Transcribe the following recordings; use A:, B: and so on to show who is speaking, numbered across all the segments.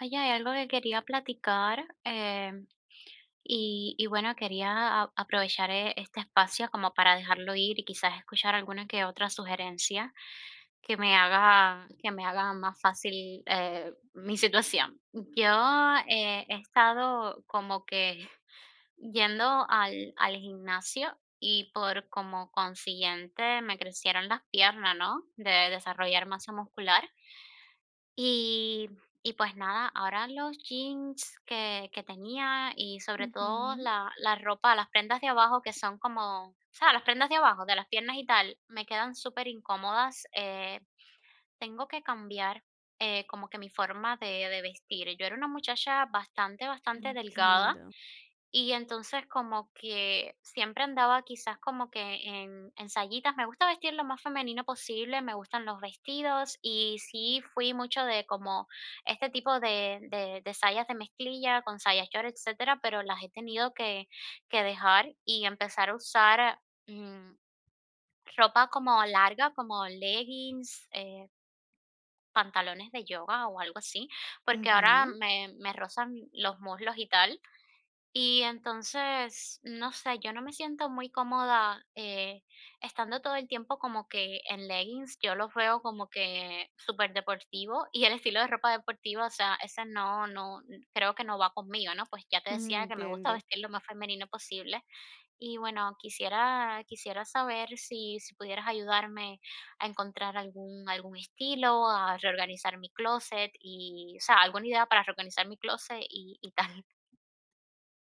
A: Oye, hay algo que quería platicar y bueno, quería aprovechar este espacio como para dejarlo ir y quizás escuchar alguna que otra sugerencia que me haga más fácil mi situación. Yo he estado como que yendo al gimnasio y por como consiguiente me crecieron las piernas, ¿no? De desarrollar masa muscular y pues nada, ahora los jeans que tenía y sobre todo
B: Ujú.
A: la ropa, las prendas de abajo que son como, o sea, las prendas de abajo, de las piernas y tal, me quedan superincómodas, tengo que cambiar, como que mi forma de vestir. Yo era una muchacha bastante, bastante delgada,
B: Entiendo.
A: y entonces como que siempre andaba quizás como que en sayitas. Me gusta vestir lo más femenino posible, me gustan los vestidos y sí fui mucho de como este tipo de sayas de mezclilla con sayas short, etcétera, pero las he tenido que dejar y empezar a usar mm, ropa como larga, como leggings, pantalones de yoga o algo así, porque ahora
B: Ujú,
A: me rozan los muslos y tal y entonces, no sé, yo no me siento muy cómoda estando todo el tiempo como que en leggings, yo los veo como que súper deportivo y el estilo de ropa deportiva, o sea, ese no, no, creo que no va conmigo, ¿no? Pues ya te
B: ujú,
A: decía que me gusta
B: entiendo.
A: vestir lo más femenino posible y bueno, quisiera saber si pudieras ayudarme a encontrar algún estilo, a reorganizar mi closet y, o sea, alguna idea para reorganizar mi closet y tal.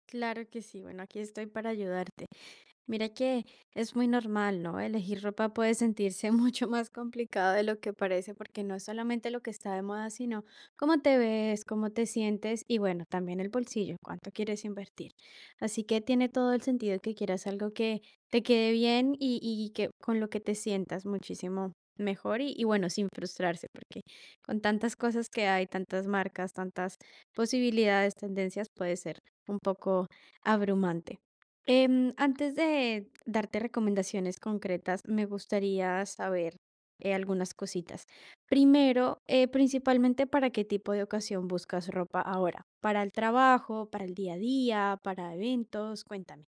B: Claro que sí. Bueno, aquí estoy para ayudarte. Mira que es muy normal, ¿no? Elegir ropa puede sentirse mucho más complicado de lo que parece, porque no es solamente lo que está de moda, sino cómo te ves, cómo te sientes y bueno, también el bolsillo, cuánto quieres invertir. Así que tiene todo el sentido que quieras algo que te quede bien y que con lo que te sientas muchísimo mejor y bueno, sin frustrarse, porque con tantas cosas que hay, tantas marcas, tantas posibilidades, tendencias, puede ser un poco abrumante. Antes de darte recomendaciones concretas, me gustaría saber algunas cositas. Primero, principalmente, ¿para qué tipo de ocasión buscas ropa ahora? ¿Para el trabajo, para el día a día, para eventos? Cuéntame.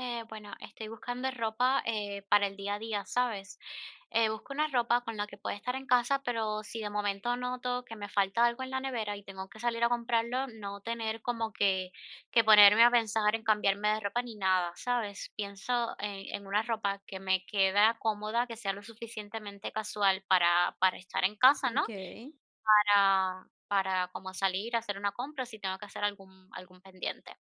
A: Bueno, estoy buscando ropa, para el día a día, ¿sabes? Busco una ropa con la que pueda estar en casa, pero si de momento noto que me falta algo en la nevera y tengo que salir a comprarlo, no tener como que ponerme a pensar en cambiarme de ropa ni nada, ¿sabes? Pienso en una ropa que me queda cómoda, que sea lo suficientemente casual para estar en casa, ¿no?
B: Ok.
A: Para como salir a hacer una compra si tengo que hacer algún pendiente.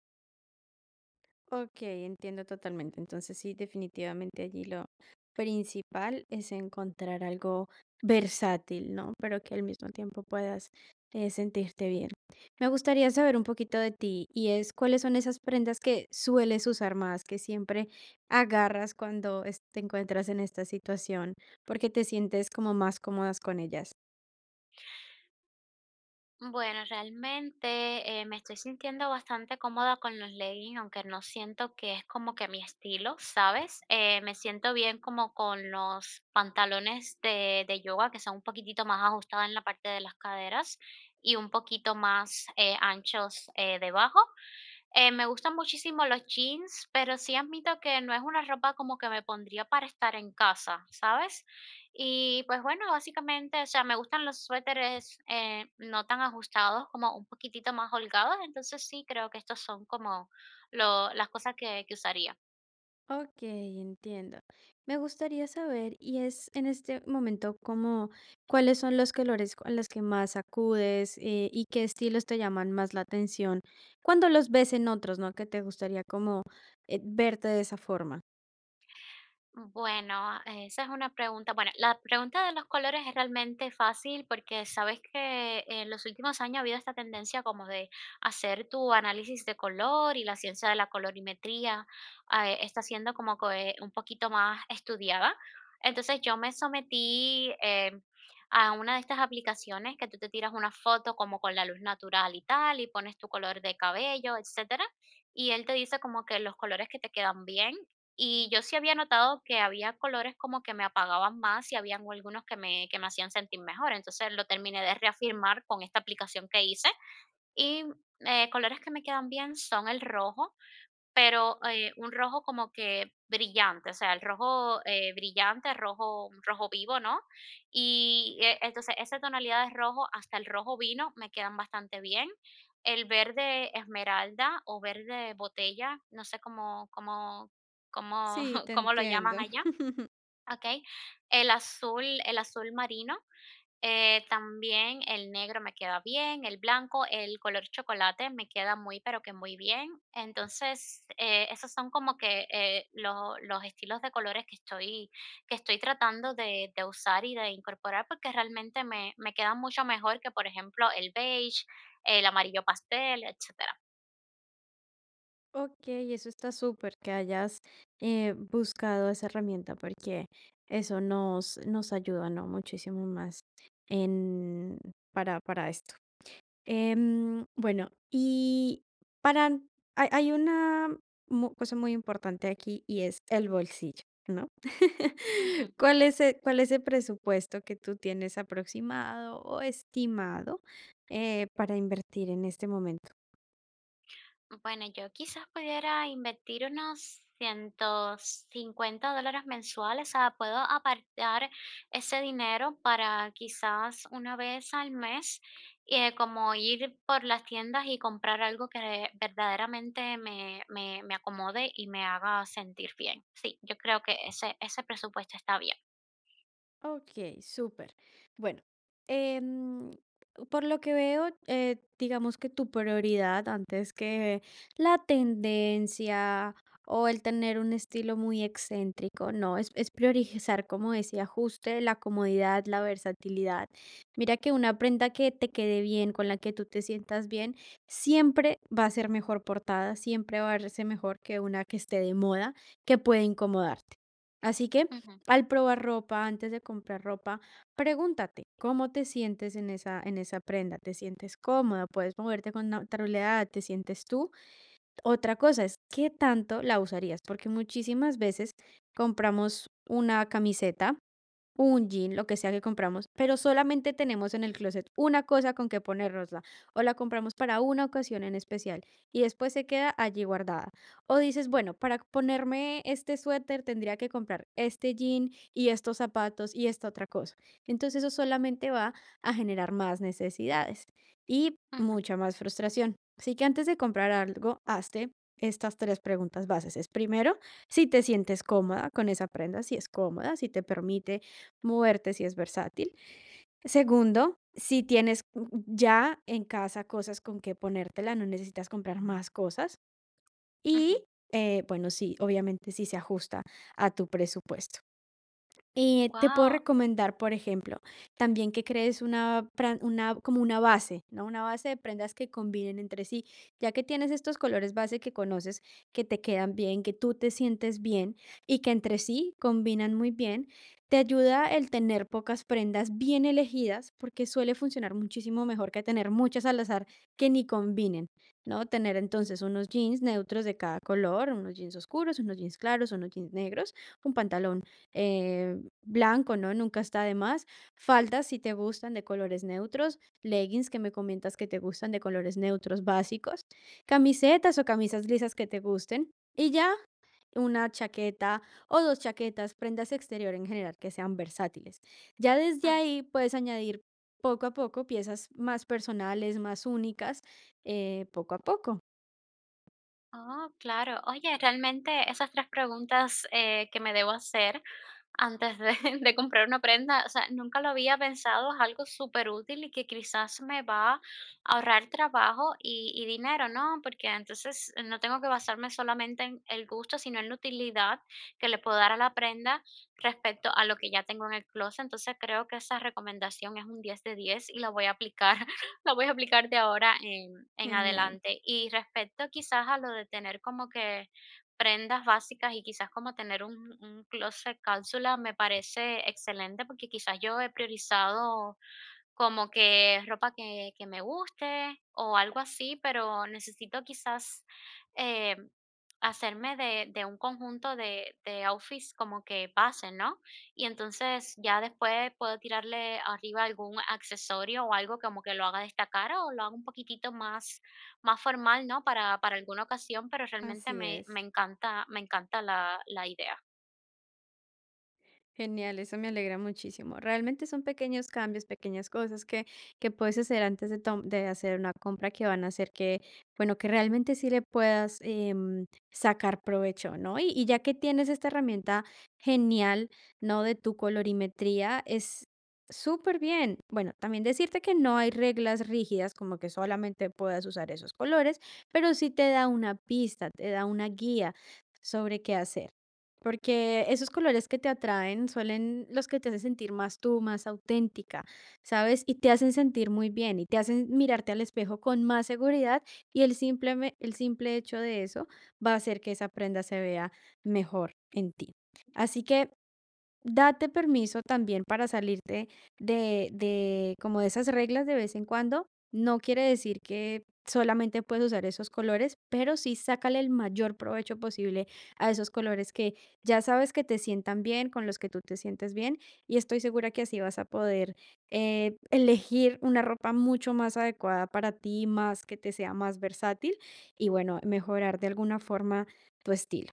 B: Ok, entiendo totalmente. Entonces sí, definitivamente allí lo principal es encontrar algo versátil, ¿no? Pero que al mismo tiempo puedas sentirte bien. Me gustaría saber un poquito de ti y es cuáles son esas prendas que sueles usar más, que siempre agarras cuando te encuentras en esta situación, porque te sientes como más cómodas con ellas.
A: Bueno, realmente me estoy sintiendo bastante cómoda con los leggings, aunque no siento que es como que mi estilo, ¿sabes? Me siento bien como con los pantalones de yoga que son un poquitito más ajustados en la parte de las caderas y un poquito más anchos debajo. Me gustan muchísimo los jeans, pero sí admito que no es una ropa como que me pondría para estar en casa, ¿sabes? Y pues bueno, básicamente, o sea, me gustan los suéteres no tan ajustados, como un poquitito más holgados, entonces sí creo que estos son como las cosas que usaría.
B: Ok, entiendo. Me gustaría saber, y es en este momento como, ¿cuáles son los colores a los que más acudes y qué estilos te llaman más la atención cuando los ves en otros? ¿No? Que te gustaría como verte de esa forma.
A: Bueno, esa es una pregunta. Bueno, la pregunta de los colores es realmente fácil porque sabes que en los últimos años ha habido esta tendencia como de hacer tu análisis de color y la ciencia de la colorimetría está siendo como que un poquito más estudiada. Entonces yo me sometí a una de estas aplicaciones que tú te tiras una foto como con la luz natural y tal y pones tu color de cabello, etcétera y él te dice como que los colores que te quedan bien y yo sí había notado que había colores como que me apagaban más y habían algunos que que me hacían sentir mejor. Entonces lo terminé de reafirmar con esta aplicación que hice. Y colores que me quedan bien son el rojo, pero, un rojo como que brillante, o sea, el rojo, brillante, rojo un rojo vivo, ¿no? Y, entonces, esa tonalidad de rojo hasta el rojo vino me quedan bastante bien. El verde esmeralda o verde botella, no sé cómo
B: Sí, te
A: cómo lo llaman
B: entiendo.
A: allá, ¿ok? El azul marino también el negro me queda bien, el blanco, el color chocolate me queda muy, pero que muy bien. Entonces, esos son como que los estilos de colores que estoy tratando de usar y de incorporar porque realmente me quedan mucho mejor que, por ejemplo, el beige, el amarillo pastel, etcétera.
B: Ok, eso está súper que hayas buscado esa herramienta, porque eso nos, nos ayuda, ¿no? Muchísimo más en, para esto. Bueno, y para hay una cosa muy importante aquí, y es el bolsillo, ¿no?
A: Ujú.
B: ¿Cuál es el presupuesto que tú tienes aproximado o estimado para invertir en este momento?
A: Bueno, yo quizás pudiera invertir unos $150 mensuales, o sea, puedo apartar ese dinero para quizás una vez al mes, como ir por las tiendas y comprar algo que verdaderamente me acomode y me haga sentir bien. Sí, yo creo que ese presupuesto está bien.
B: Ok, súper. Bueno, em, por lo que veo, digamos que tu prioridad antes que la tendencia o el tener un estilo muy excéntrico, no, es, priorizar, como decía, Juste la comodidad, la versatilidad. Mira que una prenda que te quede bien, con la que tú te sientas bien, siempre va a ser mejor portada, siempre va a verse mejor que una que esté de moda, que puede incomodarte. Así que
A: Ujú,
B: al probar ropa, antes de comprar ropa, pregúntate cómo te sientes en esa, prenda. ¿Te sientes cómoda? ¿Puedes moverte con naturalidad? ¿Te sientes tú? Otra cosa es, ¿qué tanto la usarías? Porque muchísimas veces compramos una camiseta, un jean, lo que sea que compramos, pero solamente tenemos en el closet una cosa con que ponernosla, o la compramos para una ocasión en especial y después se queda allí guardada. O dices, bueno, para ponerme este suéter tendría que comprar este jean y estos zapatos y esta otra cosa. Entonces eso solamente va a generar más necesidades y
A: ujú,
B: mucha más frustración. Así que antes de comprar algo, hazte estas tres preguntas bases. Es primero, si te sientes cómoda con esa prenda, si es cómoda, si te permite moverte, si es versátil. Segundo, si tienes ya en casa cosas con que ponértela, no necesitas comprar más cosas. Y,
A: ujú.
B: bueno, sí, obviamente sí se ajusta a tu presupuesto. Te puedo
A: Guau.
B: recomendar, por ejemplo, también que crees una, como una base, ¿no? Una base de prendas que combinen entre sí, ya que tienes estos colores base que conoces, que te quedan bien, que tú te sientes bien y que entre sí combinan muy bien. Te ayuda el tener pocas prendas bien elegidas, porque suele funcionar muchísimo mejor que tener muchas al azar que ni combinen, ¿no? Tener entonces unos jeans neutros de cada color, unos jeans oscuros, unos jeans claros, unos jeans negros, un pantalón eh, blanco, ¿no? Nunca está de más. Faldas, si te gustan, de colores neutros. Leggings, que me comentas que te gustan, de colores neutros básicos. Camisetas o camisas lisas que te gusten. Y ya una chaqueta o dos chaquetas, prendas exterior en general que sean versátiles. Ya desde
A: Mm.
B: ahí puedes añadir poco a poco piezas más personales, más únicas, poco a poco.
A: Oh, claro. Oye, realmente esas tres preguntas que me debo hacer antes de de comprar una prenda, o sea, nunca lo había pensado, es algo súper útil y que quizás me va a ahorrar trabajo y dinero, ¿no? Porque entonces no tengo que basarme solamente en el gusto, sino en la utilidad que le puedo dar a la prenda respecto a lo que ya tengo en el closet. Entonces creo que esa recomendación es un 10 de 10 y la voy a aplicar, la voy a aplicar de ahora en
B: Genial,
A: adelante. Y respecto quizás a lo de tener como que prendas básicas y quizás como tener un closet cápsula me parece excelente, porque quizás yo he priorizado como que ropa que me guste o algo así, pero necesito quizás, eh, hacerme de un conjunto de outfits como que pasen, ¿no? Y entonces ya después puedo tirarle arriba algún accesorio o algo como que lo haga destacar o lo haga un poquitito más formal, ¿no? Para alguna ocasión, pero realmente
B: así es.
A: me encanta la idea.
B: Genial, eso me alegra muchísimo. Realmente son pequeños cambios, pequeñas cosas que puedes hacer antes de hacer una compra que van a hacer que, bueno, que realmente sí le puedas sacar provecho, ¿no? Y ya que tienes esta herramienta genial, ¿no? De tu colorimetría, es súper bien. Bueno, también decirte que no hay reglas rígidas, como que solamente puedas usar esos colores, pero sí te da una pista, te da una guía sobre qué hacer. Porque esos colores que te atraen suelen los que te hacen sentir más tú, más auténtica, ¿sabes? Y te hacen sentir muy bien y te hacen mirarte al espejo con más seguridad, y el simple hecho de eso va a hacer que esa prenda se vea mejor en ti. Así que date permiso también para salirte de como de esas reglas de vez en cuando. No quiere decir que solamente puedes usar esos colores, pero sí sácale el mayor provecho posible a esos colores que ya sabes que te sientan bien, con los que tú te sientes bien, y estoy segura que así vas a poder, elegir una ropa mucho más adecuada para ti, más que te sea más versátil y, bueno, mejorar de alguna forma tu estilo.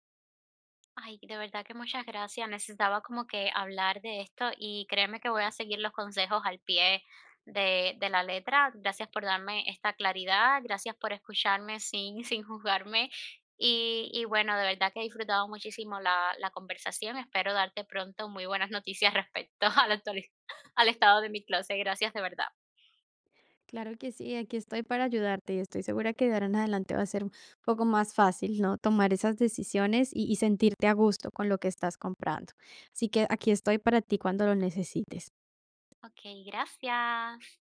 A: Ay, de verdad que muchas gracias. Necesitaba como que hablar de esto y créeme que voy a seguir los consejos al pie de la letra. Gracias por darme esta claridad, gracias por escucharme sin, sin juzgarme. Y bueno, de verdad que he disfrutado muchísimo la conversación. Espero darte pronto muy buenas noticias respecto al, al estado de mi closet. Gracias de verdad.
B: Claro que sí, aquí estoy para ayudarte y estoy segura que de ahora en adelante va a ser un poco más fácil, ¿no? Tomar esas decisiones y sentirte a gusto con lo que estás comprando. Así que aquí estoy para ti cuando lo necesites.
A: Ok, gracias.